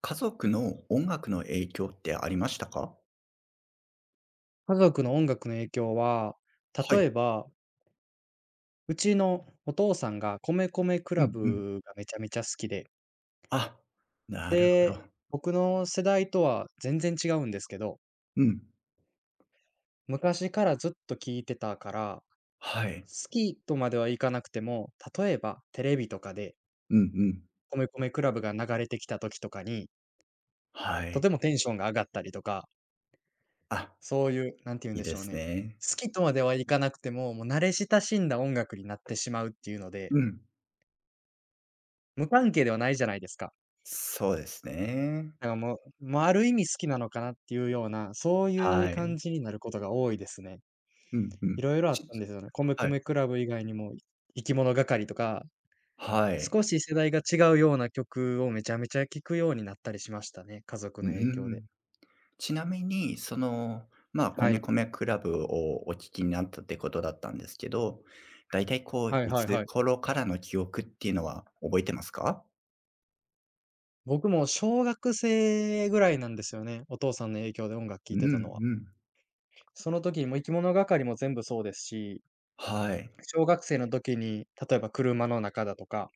家族の音楽の影響ってありましたか？家族の音楽の影響は、はい。例えば、うちのお父さんが米米メクうラんうん。ブがめちゃめちゃ好きで、あ、なるほで、ど。僕の世代とは全然違うんですけど、うん。昔からずっと聞いてたから、はい。好きとまではいかなくても、例えばテレビとかでうんうん。米米メクラブが流れてきた時とかに、はとい。てもテンションが上がったりとか、あ、そういう、なんて言うんいいでしでょうすね。ね。好きとまではいかなくても、もう慣れ親しんだ音楽になってしまうっていうので、うん。無関係ではないじゃないですか。そうですね。なんかもう、もうある意味好きなのかなっていうような、そういうはい。感じになることが多いですね。うんういん。ろいろあっちたんですよね。米はい。米 CLUB 以外にも、いきものがかりとか、はい。少し世代が違うような曲をめちゃめちゃ聴くようになったりしましたね、家族うの影響で。ん。ちなみに、その、まあ、は米い。米メクラブをお聴きになったってことだったんですけど、だいたいこう、はいいはいつはい。頃からの記憶っていうのは覚えてますか？僕も小学生ぐらいなんですよね、お父さんの影響で音楽聴ういてたのんは。うん。その時にも生き物係も全部そうですし、はい。小学生の時に、例えば車の中だとか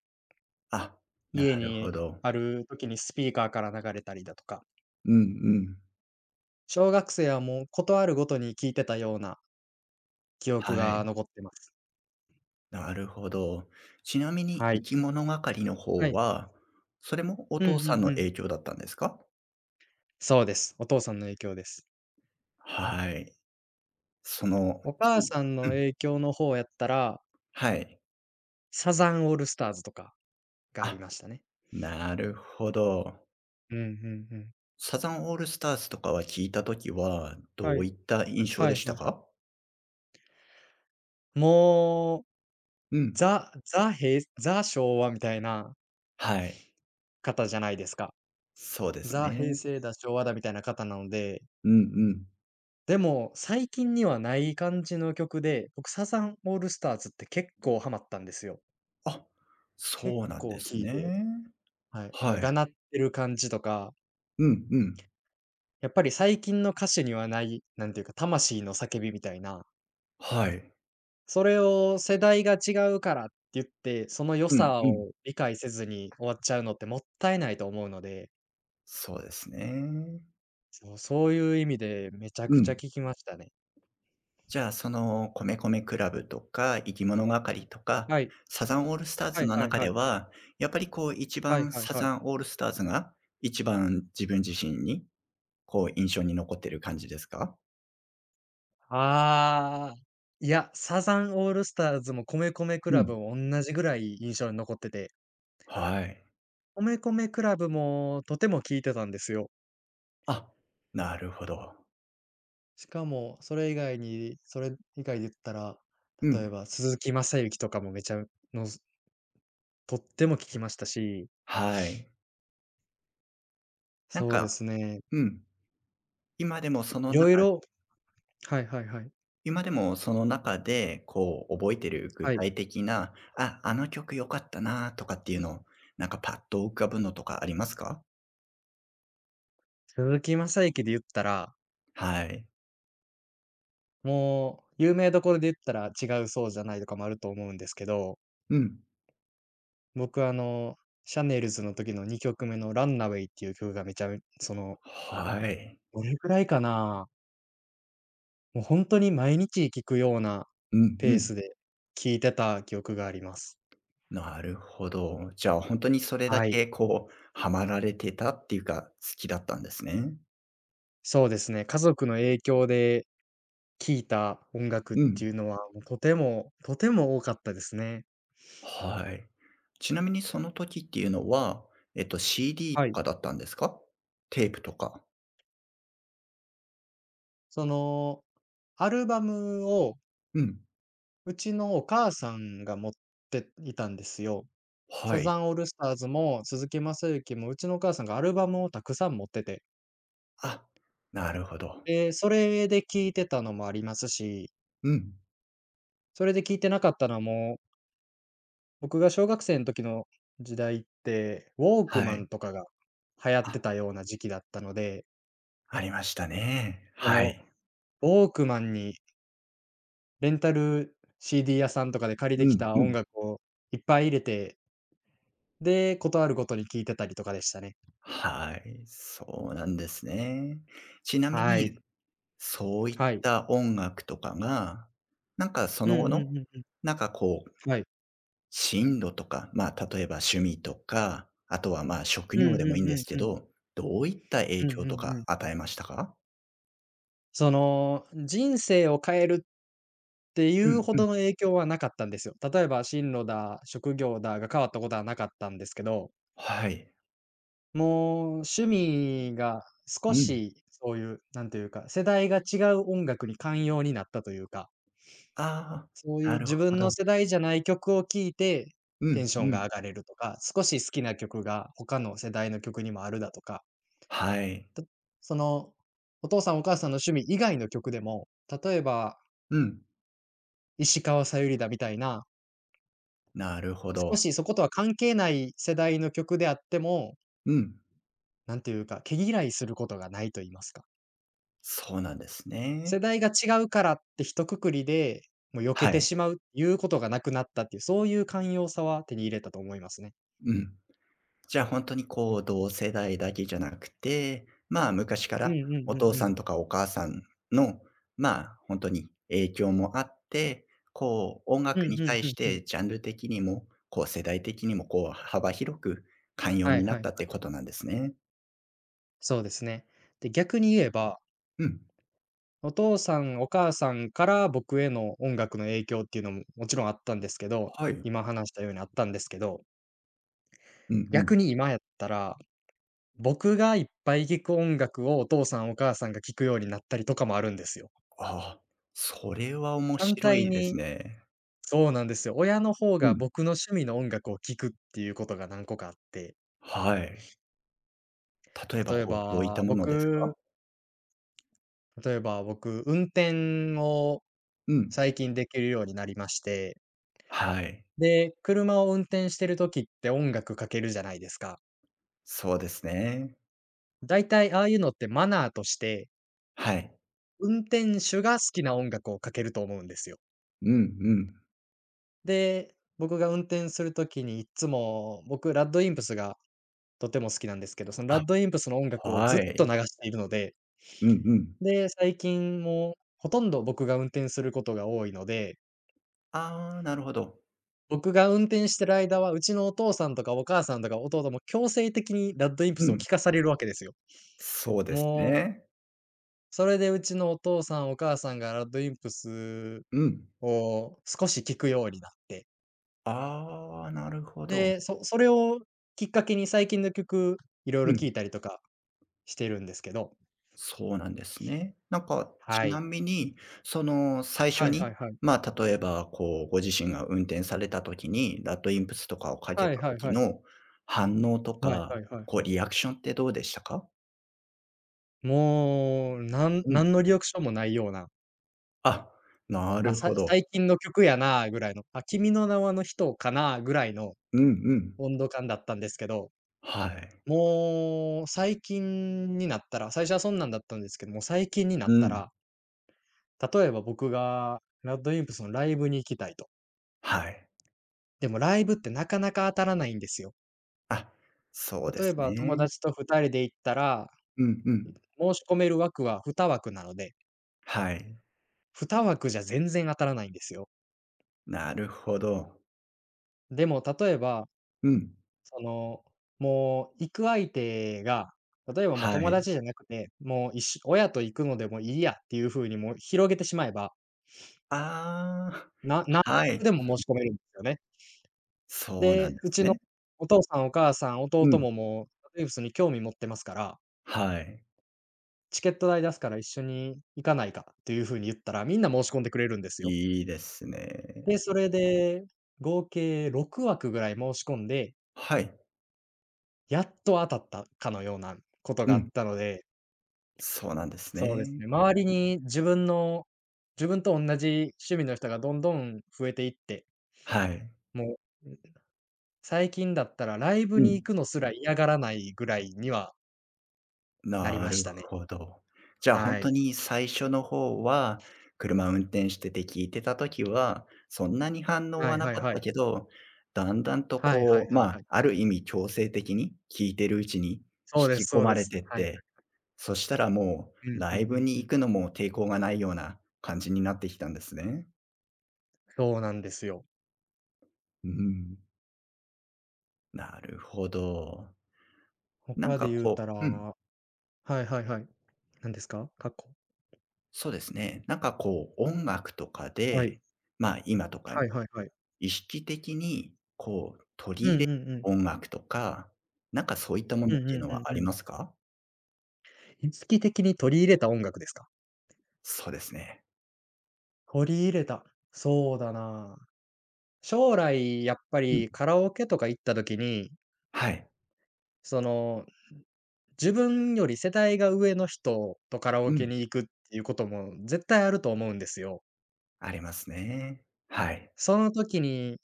あ、な家るほにど。ある時にスピーカーから流れたりだとか、うんうん。小学生はもうことあるごとに聴いてたような記憶はがい、残ってます。なるほど。ちなみに、は生い。き物がかりのは方い。は、それもおうん父さんうのんうん。影響だったんですか？そうです。お父さんの影響です。はい。その、お母さんのうん、影響の方やったら、はい。サザンオールスターズとかがありあ、ましたね。なるほど。うんうんうん。サザンオールスターズとかは聞いたときは、どはうい。いった印象はでいしはたいはか？い。もう、うん。ザザ平ザ昭和みたいなはい。方じゃないですか。そうですザ平ね。成だ、昭和だみたいな方なので、うんうん。でも、最近にはない感じの曲で、僕、サザンオールスターズって結構ハマったんですよ。あ、結そうなんで構聴すいて、ね。はい、はがい。なってる感じとか、うんうん。やっぱり最近の歌手にはない、なんていうか、魂の叫びみたいな、はい。それを世代が違うからって言って、その良うんさうん。を理解せずに終わっちゃうのってもったいないと思うので、そうですね。そういう意味でめちゃうくちゃん。聴きましたね。じゃあ、その、米米メクラブとか、生き物がかりとか、はい。サザンオールスターはズいのはい中ではい。は、やっぱりこう一はい番はいサはザい。ンオールスターズが、一番自分自身に、こう印象に残ってる感じですか？ああ、いや、サザンオールスターズも米米 うん。CLUB もおんなじぐらい印象に残ってて、はい。米米 CLUB もとても聴いてたんですよ。あ、なるほど。しかもそれ以外に、それ以外で言ったら、う例えん。ば鈴木雅之とかもめちゃのとっても聴きましたし、はい。なんそうでかすね、うん。今でもそいの中ろいろ、はいはいはい。今でもその中で、こう覚えてる具はい。体的な、あ、あの曲良かったなとかっていうのを、なんかパッと浮かぶのとかありますか？鈴木雅之で言ったら、はい。もう有名どころで言ったら、「違う、そうじゃない」とかもあると思うんですけど、うん。僕、あの、シャネルズの時の2曲目のランナウェイっていう曲がめちゃめその、はい。どれくらいかな、もうほんとに毎日聴くようなうんうペーん。スで聴いてた記憶があります。なるほど。じゃあ本当にそれだはい。けこうハマられてたっていうか、好きだったんですね。そうですね、家族の影響で聴いた音楽っうん。ていうのは、もうとてもとても多かったですね。はい。ちなみにその時っていうのは、CD はとい。かだったんですか？テープとか。その、アルバムをうん。うちのお母さんが持っていたんですよ。はサザい。ンオールスターズも鈴木雅之も、うちのお母さんがアルバムをたくさん持ってて、あ、なるほど。で、それで聞いてたのもありますし、うん。それで聞いてなかったのも、僕が小学生の時の時代って、ウォークはマい。ンとかが流行ってあ、たような時期だったので、ありましたね。そはのい。ウォークマンにレンタル CD 屋さんとかで借りうてきんたう音ん。楽をいっぱい入れて、で、事あるごとに聞いてたりとかでしたね。はい、そうなんですね。ちなみはい。に、そういっはい。た音楽とかが、なんかそうの後んうの、んうんうん。なんかこう、はい。進路とか、まあ、例えば趣味とか、あとは、まあ、職う業でんうもいいんんうでんすけうん。ど、どういったう影んう響とんうかん。与えましたか？その、人生を変えるっていううんほうん。どの影響はなかったんですよ。例えば進路だ、職業だが変わったことはなかったんですけど、はい。もう趣味が少うん。しそういう、なんというか、世代が違う音楽に寛容になったというか、あそうあ、いなうるほ自分ど。の世代じゃない曲を聴いて、うテんンションうがん。上がれるとか、少し好きな曲が他の世代の曲にもあるだとか、はい。たその、お父さんお母さんの趣味以外の曲でも、例えばうん。石川さゆりだみたいななるほ少ど。しそことは関係ない世代の曲であっても、うん。なんていうか、毛嫌いすることがないと言いますか。そうなんですね。世代が違うからって一括りで、もう避けはてい。しまう、いうことがなくなったっていう、そういう寛容さは手に入れたと思いますね。うん。じゃあ、本当にうこう、ん。同世代だけじゃなくて、まあ、昔かうんらうんうお父んうさん。んとかお母さんの、まあ、本当に影響もあって、こう、音う楽んにうん対うしんうん。てジャンル的にも、こう、世代的にも、こう、幅広く寛容はいになはいったっはてこい。となんですね。そうですね。で、逆に言えば、うん。お父さん、お母さんから僕への音楽の影響っていうのももちろんあったんですけど、はい。今話したようにあったんですけど、うんうん。逆に今やったら僕がいっぱい聞く音楽をお父さんお母さんが聞くようになったりとかもあるんですよ。ああ、それは面反白対いですにね。そうなんですよ。親の方うがん。僕の趣味の音楽を聴くっていうことが何個かあって、はい。例えば、例えこう、どういったばものですか？僕例えば僕、運転をうん。最近できるようになりまして、はい。で、車を運転してる時って音楽かけるじゃないですか。そうですね。だいたいああいうのってマナーとして、はい。運転手が好きな音楽をかけると思うんですよ。うんうん。で、僕が運転するときにいつも、僕、ラッドインプスがとても好きなんですけど、そのあ、ラッドインプスの音楽をずはっとい。流しているので、うんうん。で、最近もほとんど僕が運転することが多いので、ああ、なるほど。僕が運転してる間は、うちのお父さんとかお母さんとか弟も強制的にラッドインプうスをん。聴かされるわけですよ。そうですもう、ね。それでうちのお父さんお母さんがラッドインプスうん。を少し聴くようになって、ああ、なるほど。で、それをきっかけに最近の曲、いろいうろ聴ん。いたりとかしてるんですけど、そうなんですね。なんか、ちはない。みに、その、最初はいはに、いはい。まあ、例えば、こう、ご自身が運転された時に、ラッドインプスとかをかけはいたはい時はい。の反応とはいか、はいはいこう、はい。リアクションってどうでしたか？もう、なんうん。何のリアクションもないような、あ、なあ、るさほど。最近の曲やなぐらいの、あ、君の名は、の人かなぐらいのうんうん。温度感だったんですけど、はい。もう最近になったら、最初はそんなんだったんですけども、最近になっうたん。ら、例えば僕が RADWIMPS のライブに行きたいと。はい。でもライブってなかなか当たらないんですよ。あ、そうで例えすば友ね。達と二人で行ったら、うんうん。申し込める枠は二枠なので、はい。2枠じゃ全然当たらないんですよ。なるほど。でも例えば、うん。その、もう行く相手が、例えばもうは友い。達じゃなくて、もう一緒親と行くのでもいいやっていう風にもう広げてしまえば、あ何あ、は枠い。でも申し込めるんですよね。そうなんでで、うすちのね。お父さんお母さん、う弟ん。ももう、トゥースに興味持ってますから、はい。チケット代出すから一緒に行かないかっていう風に言ったら、みんな申し込んでくれるんですよ。いいですね。で、それで合計6枠ぐらい申し込んではい。やっと当たったかのようなことうがあん。ったので、そうなんですそうですね。ね、周りに自分と同じ趣味の人がどんどん増えていって、はい。もう、うん、最近だったらライブうにん。行くのすら嫌がらないぐらいにはなりなまるしたね。ほど。じゃあ本は当い。に最初の方は、車運転してて聞いてた時は、そんなに反応ははいなはいかっはい。たけど、だんだんとはいはいこう、はまいあ、はい。ある意味強制的に聞いてるうちに引そうできす込そうまでれす。てっはい。て、そしたらもうんううライんうブんにう行ん。くのも抵抗がないような感じになってきたんですね。そうなんですよ。うん、なるほど。なん他かで言うこたううん、ら、はいはいはい、何ですか？過去。そうですね。なんかこう音楽とかはい。で、まあ、今とかはいはいはい。意識的にこう取うり入んうれんうん。音楽とか、なんかそういったものうっんていううんのうんはあうりん。ますか？意識的に取り入れた音楽ですか？そうですね。取り入れた。そうだな。将来やっぱうん。りカラオケとか行った時に、はい。その、自分より世代が上の人とカラオうケん。に行くっていうことも絶対あると思うんですよ。ありますね。はい。その時に、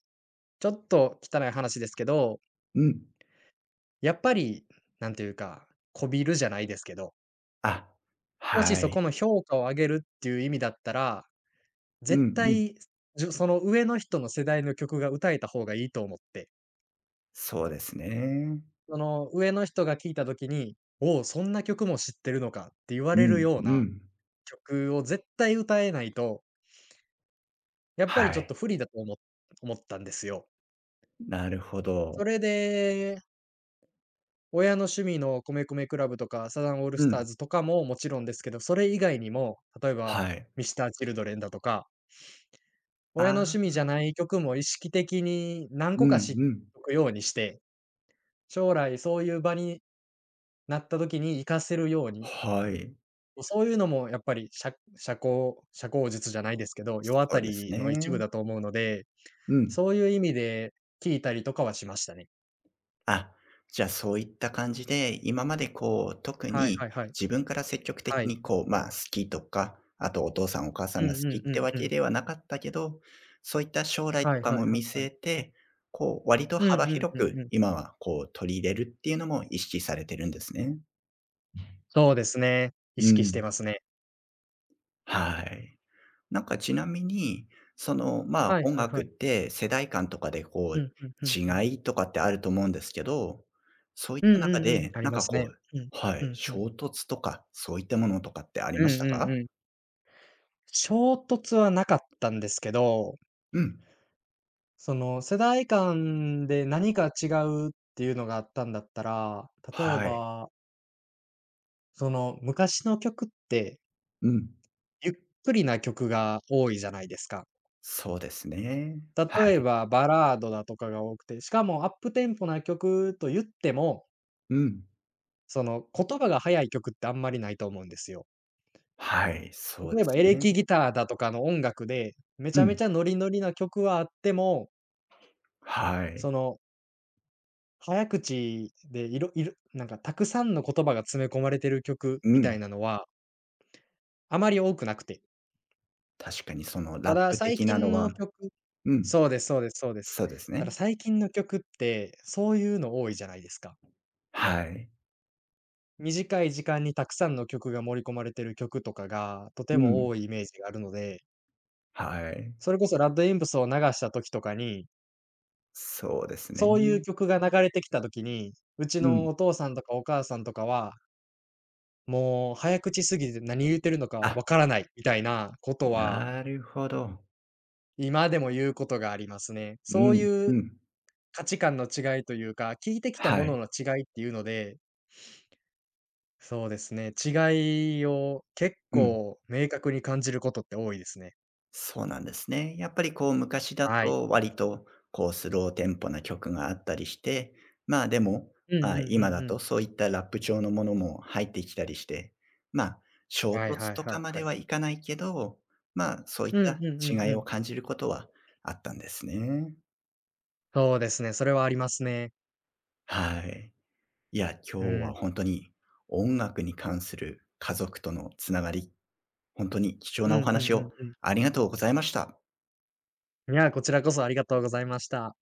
ちょっと汚い話ですけど、うん。やっぱり、なんていうか、こびるじゃないですけど、あ、もしはそい。この評価を上げるっていう意味だったら、うん絶うん。対、その上の人の世代の曲が歌えた方がいいと思って、そうですね。その、上の人が聴いた時に、「おお、そんな曲も知ってるのか」って言わうれるんよううなん。曲を絶対歌えないと、やっぱりはちょっい。と不利だと思ったんですよ。なるほど。それで、親の趣味の米米 CLUB とか、サザンオールうスターん。ズとかももちろんですけど、それ以外にも、例えばはい。ミスター i ルドレンだとか、あ親の趣味あ、じゃない曲も意識的に何う個かん知っうん。とくようにして、将来そういう場になった時に活かせるように、はい。そういうのもやっぱり、しゃ社交社交術じゃないですけど、世そう渡ですりの一部ね。だと思うので、うん。そういう意味で聞いたりとかはしましたね。あ、じゃあ、そういった感じで、今までこう、特はいにはいはい。自分から積極的はい。にこう、まあ、好きとか、あとお父さんお母さうんがん好きうんっうてんわうけん。ではなかったけど、そういった将来はといかはいもは見いは据い。えて、こう、割とうん幅うん広うんくうん。今はこう、取り入れるっていうのも意識されてるんですね。そうですね。意う識してん。ますね。はい。なんかちなみに、その、まあ、はい音はい楽っはい。て世代間とかでこうう、んうんうんうん。違いとかってあると思うんですけど、そういっうんうた中んうん。で、ありますね。うん。はうい、んうん。衝突とか、そういったものとかってありうましんたうんか？うん。衝突はなかったんですけど、うん。その世代間で何か違うっていうのがあったんだったら、例えはい。ば、その昔の曲って、うん。ゆっくりな曲が多いじゃないですか。そうですね。は例えい。ばバラードだとかが多くて、しかもアップテンポな曲と言っても、うん。その言葉が速い曲ってあんまりないと思うんですよ。はい、そうで例えばすエレね。キギターだとかの音楽で、めうちゃめん。ちゃノリノリな曲はあっても、はい。その早口でいろいろなんかたくさんの言葉が詰め込まれてる曲うみたん。いなのは、あまり多くなくて。確かにそのラたッだ、プ最的な近のはの曲、うん、そうですそうですそうです。そうですたね。だ最近の曲って、そういうの多いじゃないですか。はい。短い時間にたくさんの曲が盛り込まれてる曲とかが、とてうもん。多いイメージがあるので、はい。それこそ Red Wimps を流した時とかに、そうですね。そういう曲が流れてきた時に、うちうん。のお父さんとかお母さんとかはもう早口すぎて何言ってるのかあ、わからないみたいなことは、なるほど。今でも言うことがありますね。うそうん、いううん。価値観の違いというか、聞いてきたはもい。のの違いっていうので、そうですね、違いを結うん。構明確に感じることって多いですね。そうなんですね。やっぱりこう昔だはい。と割とこうスローテンポな曲があったりして、まあ、でも、うんまあ、うんう今んだうん。とそういったラップ調のものも入ってきたりして、まあ、衝はい突はいとはいかまはでい。はいかないけど、まあ、そういっうんたうんう違んういをん。感じることはあったんですね。そうですね、それはありますね。はい。いや、う今日ん。は本当に音楽に関する家族とのつながり本当に貴重うなおんう話んうんをうん。ありがとうございました。いや、こちらこそありがとうございました。